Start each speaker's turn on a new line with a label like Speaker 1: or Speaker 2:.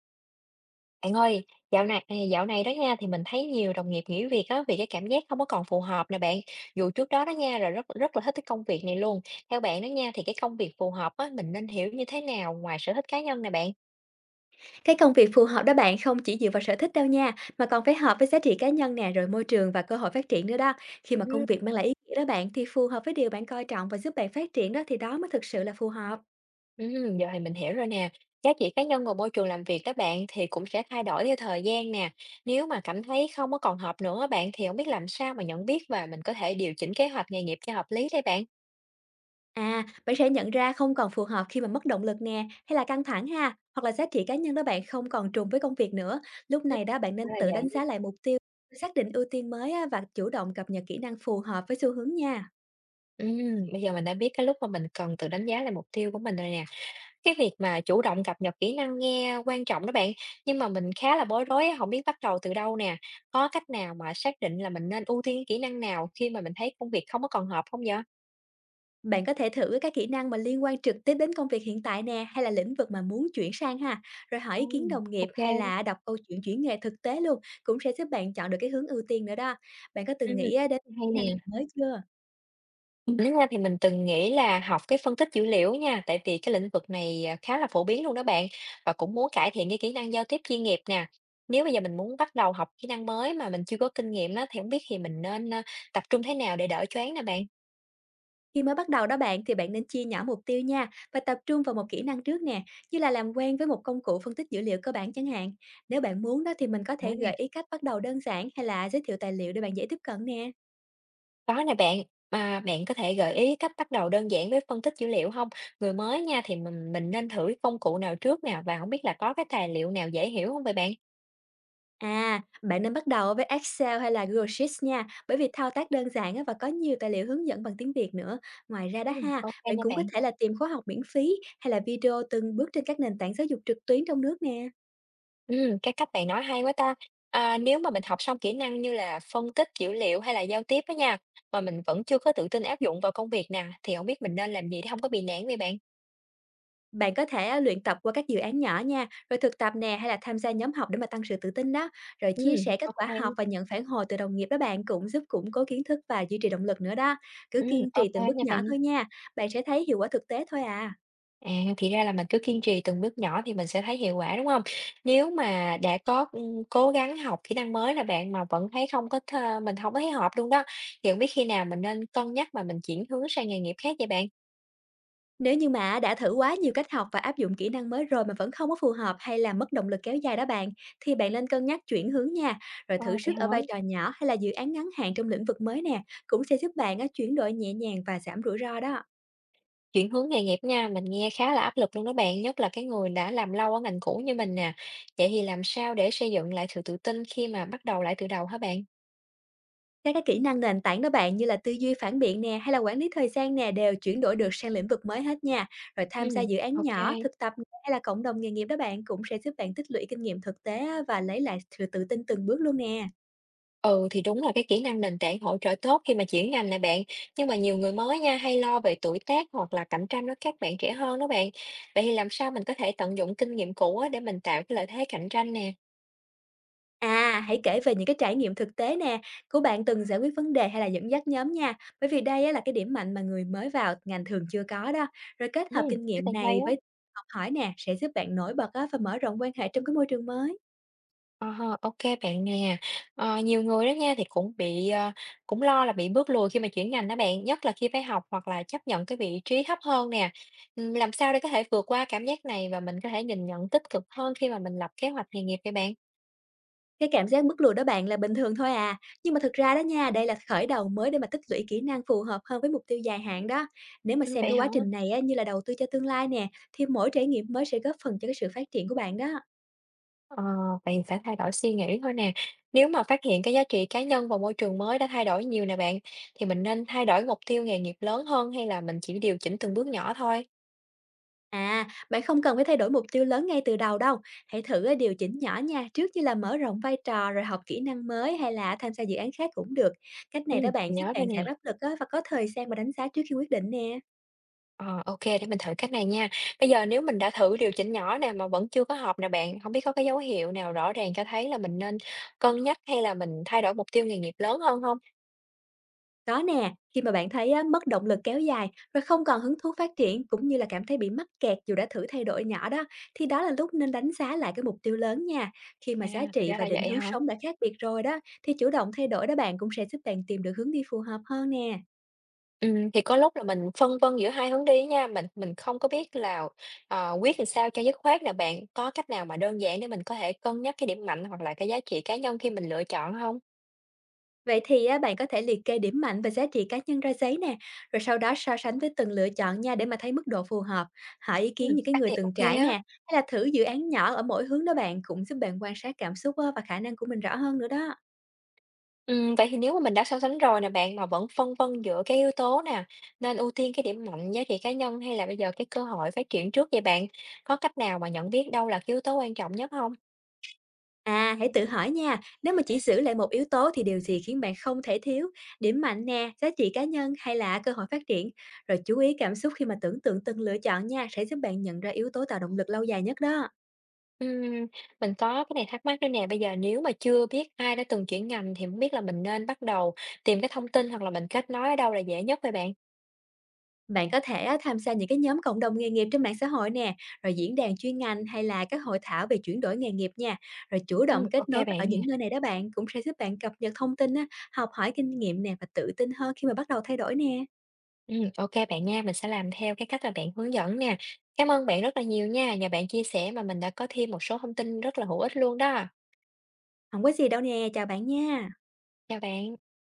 Speaker 1: Bạn ơi, dạo này đó nha, thì mình thấy nhiều đồng nghiệp nghỉ việc á vì cái cảm giác không có còn phù hợp nè bạn. Dù trước đó đó nha là rất rất là thích cái công việc này luôn. Theo bạn đó nha thì cái công việc phù hợp á mình nên hiểu như thế nào ngoài sở thích cá nhân nè bạn?
Speaker 2: Cái công việc phù hợp đó bạn không chỉ dựa vào sở thích đâu nha, mà còn phải hợp với giá trị cá nhân nè, rồi môi trường và cơ hội phát triển nữa đó. Khi mà
Speaker 1: Ừ.
Speaker 2: công việc mang lại ý nghĩa đó bạn thì phù hợp với điều bạn coi trọng và giúp bạn phát triển đó thì đó mới thực sự là phù hợp.
Speaker 1: Giờ thì mình hiểu rồi nè. Giá trị cá nhân và môi trường làm việc các bạn thì cũng sẽ thay đổi theo thời gian nè. Nếu mà cảm thấy không có còn hợp nữa bạn thì không biết làm sao mà nhận biết và mình có thể điều chỉnh kế hoạch nghề nghiệp cho hợp lý đây bạn.
Speaker 2: À, bạn sẽ nhận ra không còn phù hợp khi mà mất động lực nè, hay là căng thẳng ha, hoặc là giá trị cá nhân đó bạn không còn trùng với công việc nữa. Lúc
Speaker 1: Ừ.
Speaker 2: này đó bạn
Speaker 1: Đó
Speaker 2: nên
Speaker 1: là
Speaker 2: tự đánh
Speaker 1: vậy.
Speaker 2: giá lại mục tiêu, xác định ưu tiên mới á, và chủ động cập nhật kỹ năng phù hợp với xu hướng nha.
Speaker 1: Bây giờ mình đã biết cái lúc mà mình cần tự đánh giá lại mục tiêu của mình rồi nè. Cái việc mà chủ động cập nhật kỹ năng nghe quan trọng đó bạn, nhưng mà mình khá là bối rối á, hổng biết bắt đầu từ đâu nè. Có cách nào mà xác định là mình nên ưu tiên kỹ năng nào khi mà mình thấy công việc không có còn hợp không vậy?
Speaker 2: Bạn có thể thử các kỹ năng mà liên quan trực tiếp đến công việc hiện tại nè, hay là lĩnh vực mà muốn chuyển sang ha, rồi hỏi ý kiến đồng
Speaker 1: Ô
Speaker 2: nghiệp hay là đọc câu chuyện chuyển nghề thực tế luôn, cũng sẽ giúp bạn chọn được cái hướng ưu tiên nữa đó. Bạn có từng
Speaker 1: ừm,
Speaker 2: nghĩ á, đến
Speaker 1: Hay
Speaker 2: kỹ năng
Speaker 1: nè.
Speaker 2: mới chưa?
Speaker 1: Đúng ra thì mình từng nghĩ là học cái phân tích dữ liệu nha, tại vì cái lĩnh vực này, khá là phổ biến luôn đó bạn, và cũng muốn cải thiện cái kỹ năng giao tiếp chuyên nghiệp nè. Nếu bây giờ mình muốn bắt đầu học kỹ năng mới mà mình chưa có kinh nghiệm đó thì không biết thì mình nên tập trung thế nào để đỡ choáng nè bạn?
Speaker 2: Khi mới bắt đầu đó bạn thì bạn nên chia nhỏ mục tiêu nha, và tập trung vào một kỹ năng trước nè, như là làm quen với một công cụ phân tích dữ liệu cơ bản chẳng hạn. Nếu bạn muốn đó thì mình có
Speaker 1: Có
Speaker 2: thể
Speaker 1: nè,
Speaker 2: gợi ý cách bắt đầu đơn giản, hay là giới thiệu tài liệu để bạn dễ tiếp cận nè.
Speaker 1: có nè bạn, mà bạn có thể gợi ý cách bắt đầu đơn giản với phân tích dữ liệu không? Người mới nha thì mình nên thử công cụ nào trước nè, và không biết là có cái tài liệu nào dễ hiểu không vậy bạn?
Speaker 2: À, bạn nên bắt đầu với Excel hay là Google Sheets nha, bởi vì thao tác đơn giản á, và có nhiều tài liệu hướng dẫn bằng tiếng Việt nữa. Ngoài ra đó
Speaker 1: Ừm,
Speaker 2: ha,
Speaker 1: ô
Speaker 2: bạn
Speaker 1: nha
Speaker 2: cũng có
Speaker 1: bạn.
Speaker 2: thể là tìm khóa học miễn phí, hay là video từng bước trên các nền tảng giáo dục trực tuyến trong nước nè.
Speaker 1: Cái cách bạn nói hay quá ta. À, nếu mà mình học xong kỹ năng như là phân tích dữ liệu hay là giao tiếp á nha, mà mình vẫn chưa có tự tin áp dụng vào công việc nè, thì không biết mình nên làm gì để không có bị nản vậy bạn?
Speaker 2: Bạn có thể á, luyện tập qua các dự án nhỏ nha, rồi thực tập nè, hay là tham gia nhóm học để mà tăng sự tự tin đó, rồi chia
Speaker 1: Ừm,
Speaker 2: sẻ kết
Speaker 1: ok
Speaker 2: quả
Speaker 1: kê,
Speaker 2: học và nhận phản hồi từ đồng nghiệp đó bạn, cũng giúp củng cố kiến thức và duy trì động lực nữa đó. Cứ
Speaker 1: ừm,
Speaker 2: kiên trì từng bước
Speaker 1: nha
Speaker 2: nhỏ
Speaker 1: bạn.
Speaker 2: thôi nha, bạn sẽ thấy hiệu quả thực tế thôi à.
Speaker 1: À, thì ra là mình cứ kiên trì từng bước nhỏ thì mình sẽ thấy hiệu quả, đúng không? Nếu mà đã có cố gắng học kỹ năng mới là bạn, mà vẫn thấy không có mình không có thấy hợp luôn đó, thì hổng biết khi nào mình nên cân nhắc mà mình chuyển hướng sang nghề nghiệp khác vậy bạn?
Speaker 2: Nếu như mà đã thử quá nhiều cách học và áp dụng kỹ năng mới rồi mà vẫn không có phù hợp, hay là mất động lực kéo dài đó bạn, thì bạn nên cân nhắc chuyển hướng nha, rồi
Speaker 1: Ờ,
Speaker 2: thử
Speaker 1: vậy
Speaker 2: sức
Speaker 1: hả?
Speaker 2: ở vai trò nhỏ hay là dự án ngắn hạn trong lĩnh vực mới nè, cũng sẽ giúp bạn á, chuyển đổi nhẹ nhàng và giảm rủi ro đó.
Speaker 1: Chuyển hướng nghề nghiệp nha, mình nghe khá là áp lực luôn đó bạn, nhất là cái người đã làm lâu ở ngành cũ như mình nè. Vậy thì làm sao để xây dựng lại sự tự tin khi mà bắt đầu lại từ đầu hả bạn?
Speaker 2: Các cái kỹ năng nền tảng đó bạn, như là tư duy phản biện nè, hay là quản lý thời gian nè, đều chuyển đổi được sang lĩnh vực mới hết nha. Rồi tham gia
Speaker 1: Ừm,
Speaker 2: dự án
Speaker 1: ok.
Speaker 2: nhỏ, thực tập, hay là cộng đồng nghề nghiệp đó bạn, cũng sẽ giúp bạn tích lũy kinh nghiệm thực tế á, và lấy lại sự tự tin từng bước luôn nè.
Speaker 1: Ừ thì đúng là cái kỹ năng nền tảng hỗ trợ tốt khi mà chuyển ngành này bạn. Nhưng mà nhiều người mới nha hay lo về tuổi tác hoặc là cạnh tranh với các bạn trẻ hơn đó bạn. Vậy thì làm sao mình có thể tận dụng kinh nghiệm cũ á để mình tạo cái lợi thế cạnh tranh nè.
Speaker 2: À, hãy kể về những cái trải nghiệm thực tế nè, của bạn từng giải quyết vấn đề hay là dẫn dắt nhóm nha. Bởi vì đây á, là cái điểm mạnh mà người mới vào ngành thường chưa có đó. Rồi kết
Speaker 1: Ừ,
Speaker 2: hợp kinh
Speaker 1: cái
Speaker 2: nghiệm
Speaker 1: này hay
Speaker 2: này
Speaker 1: á.
Speaker 2: với học hỏi nè, sẽ giúp bạn nổi bật á, và mở rộng quan hệ trong cái môi trường mới.
Speaker 1: À ha, bạn nè. Ờ, nhiều người đó nha thì cũng bị, cũng lo là bị bước lùi khi mà chuyển ngành đó bạn, nhất là khi phải học hoặc là chấp nhận cái vị trí thấp hơn nè. Làm sao để có thể vượt qua cảm giác này và mình có thể nhìn nhận tích cực hơn khi mà mình lập kế hoạch nghề nghiệp vậy bạn?
Speaker 2: Cái cảm giác bứt lùi đó bạn là bình thường thôi à. Nhưng mà thực ra đó nha, đây là khởi đầu mới để mà tích lũy kỹ năng phù hợp hơn với mục tiêu dài hạn đó. Nếu mà xem
Speaker 1: Vậy
Speaker 2: cái
Speaker 1: hả?
Speaker 2: quá trình này á, như là đầu tư cho tương lai nè, thì mỗi trải nghiệm mới sẽ góp phần cho cái sự phát triển của bạn đó.
Speaker 1: Ờ, bạn phải thay đổi suy nghĩ thôi nè. Nếu mà phát hiện cái giá trị cá nhân và môi trường mới đã thay đổi nhiều nè bạn, thì mình nên thay đổi mục tiêu nghề nghiệp lớn hơn hay là mình chỉ điều chỉnh từng bước nhỏ thôi?
Speaker 2: À, bạn không cần phải thay đổi mục tiêu lớn ngay từ đầu đâu. Hãy thử điều chỉnh nhỏ nha, trước như là mở rộng vai trò, rồi học kỹ năng mới hay là tham gia dự án khác cũng được. Cách này đó bạn
Speaker 1: Mình
Speaker 2: giúp
Speaker 1: nhớ rồi
Speaker 2: bạn giảm
Speaker 1: nè.
Speaker 2: áp lực á, và có thời gian mà đánh giá trước khi quyết định nè.
Speaker 1: Ờ, để mình thử cách này nha. Bây giờ nếu mình đã thử điều chỉnh nhỏ nè mà vẫn chưa có hợp nè bạn, không biết có cái dấu hiệu nào rõ ràng cho thấy là mình nên cân nhắc hay là mình thay đổi mục tiêu nghề nghiệp lớn hơn không?
Speaker 2: Có nè, khi mà bạn thấy á, mất động lực kéo dài, rồi không còn hứng thú phát triển, cũng như là cảm thấy bị mắc kẹt dù đã thử thay đổi nhỏ đó, thì đó là lúc nên đánh giá lại cái mục tiêu lớn nha. Khi mà
Speaker 1: À,
Speaker 2: giá
Speaker 1: thì
Speaker 2: trị
Speaker 1: ra
Speaker 2: và
Speaker 1: là
Speaker 2: định
Speaker 1: vậy
Speaker 2: hướng
Speaker 1: hả?
Speaker 2: sống đã khác biệt rồi đó, thì chủ động thay đổi đó bạn cũng sẽ giúp bạn tìm được hướng đi phù hợp hơn nè.
Speaker 1: Thì có lúc là mình phân vân giữa hai hướng đi nha, mình không có biết là, quyết làm sao cho dứt khoát nè bạn. Có cách nào mà đơn giản để mình có thể cân nhắc cái điểm mạnh hoặc là cái giá trị cá nhân khi mình lựa chọn không?
Speaker 2: Vậy thì á, bạn có thể liệt kê điểm mạnh và giá trị cá nhân ra giấy nè, rồi sau đó so sánh với từng lựa chọn nha, để mà thấy mức độ phù hợp. Hỏi ý kiến những cái
Speaker 1: Cách
Speaker 2: người
Speaker 1: này
Speaker 2: từng
Speaker 1: ok kê
Speaker 2: trải nè,
Speaker 1: á.
Speaker 2: hay là thử dự án nhỏ ở mỗi hướng đó bạn, cũng giúp bạn quan sát cảm xúc á, và khả năng của mình rõ hơn nữa đó.
Speaker 1: Vậy thì nếu mà mình đã so sánh rồi nè bạn, mà vẫn phân vân giữa cái yếu tố nè, nên ưu tiên cái điểm mạnh, giá trị cá nhân hay là bây giờ cái cơ hội phát triển trước vậy bạn? Có cách nào mà nhận biết đâu là cái yếu tố quan trọng nhất không?
Speaker 2: À, hãy tự hỏi nha, nếu mà chỉ giữ lại một yếu tố thì điều gì khiến bạn không thể thiếu? Điểm mạnh nè, giá trị cá nhân, hay là cơ hội phát triển? Rồi chú ý cảm xúc khi mà tưởng tượng từng lựa chọn nha, sẽ giúp bạn nhận ra yếu tố tạo động lực lâu dài nhất đó.
Speaker 1: Ừm, mình có cái này thắc mắc nữa nè, bây giờ nếu mà chưa biết ai đã từng chuyển ngành thì không biết là mình nên bắt đầu tìm cái thông tin hoặc là mình kết nối ở đâu là dễ nhất vậy bạn?
Speaker 2: Bạn có thể á, tham gia những cái nhóm cộng đồng nghề nghiệp trên mạng xã hội nè, rồi diễn đàn chuyên ngành hay là các hội thảo về chuyển đổi nghề nghiệp nha. Rồi chủ
Speaker 1: Ừm,
Speaker 2: động
Speaker 1: ô
Speaker 2: kết nối
Speaker 1: bạn
Speaker 2: ở những
Speaker 1: nè,
Speaker 2: nơi này đó bạn, cũng sẽ giúp bạn cập nhật thông tin á, học hỏi kinh nghiệm nè, và tự tin hơn khi mà bắt đầu thay đổi nè.
Speaker 1: ô bạn nha, mình sẽ làm theo cái cách mà bạn hướng dẫn nè. Cảm ơn bạn rất là nhiều nha, nhờ bạn chia sẻ mà mình đã có thêm một số thông tin rất là hữu ích luôn đó.
Speaker 2: Không có gì đâu nè, chào bạn nha.
Speaker 1: Chào bạn.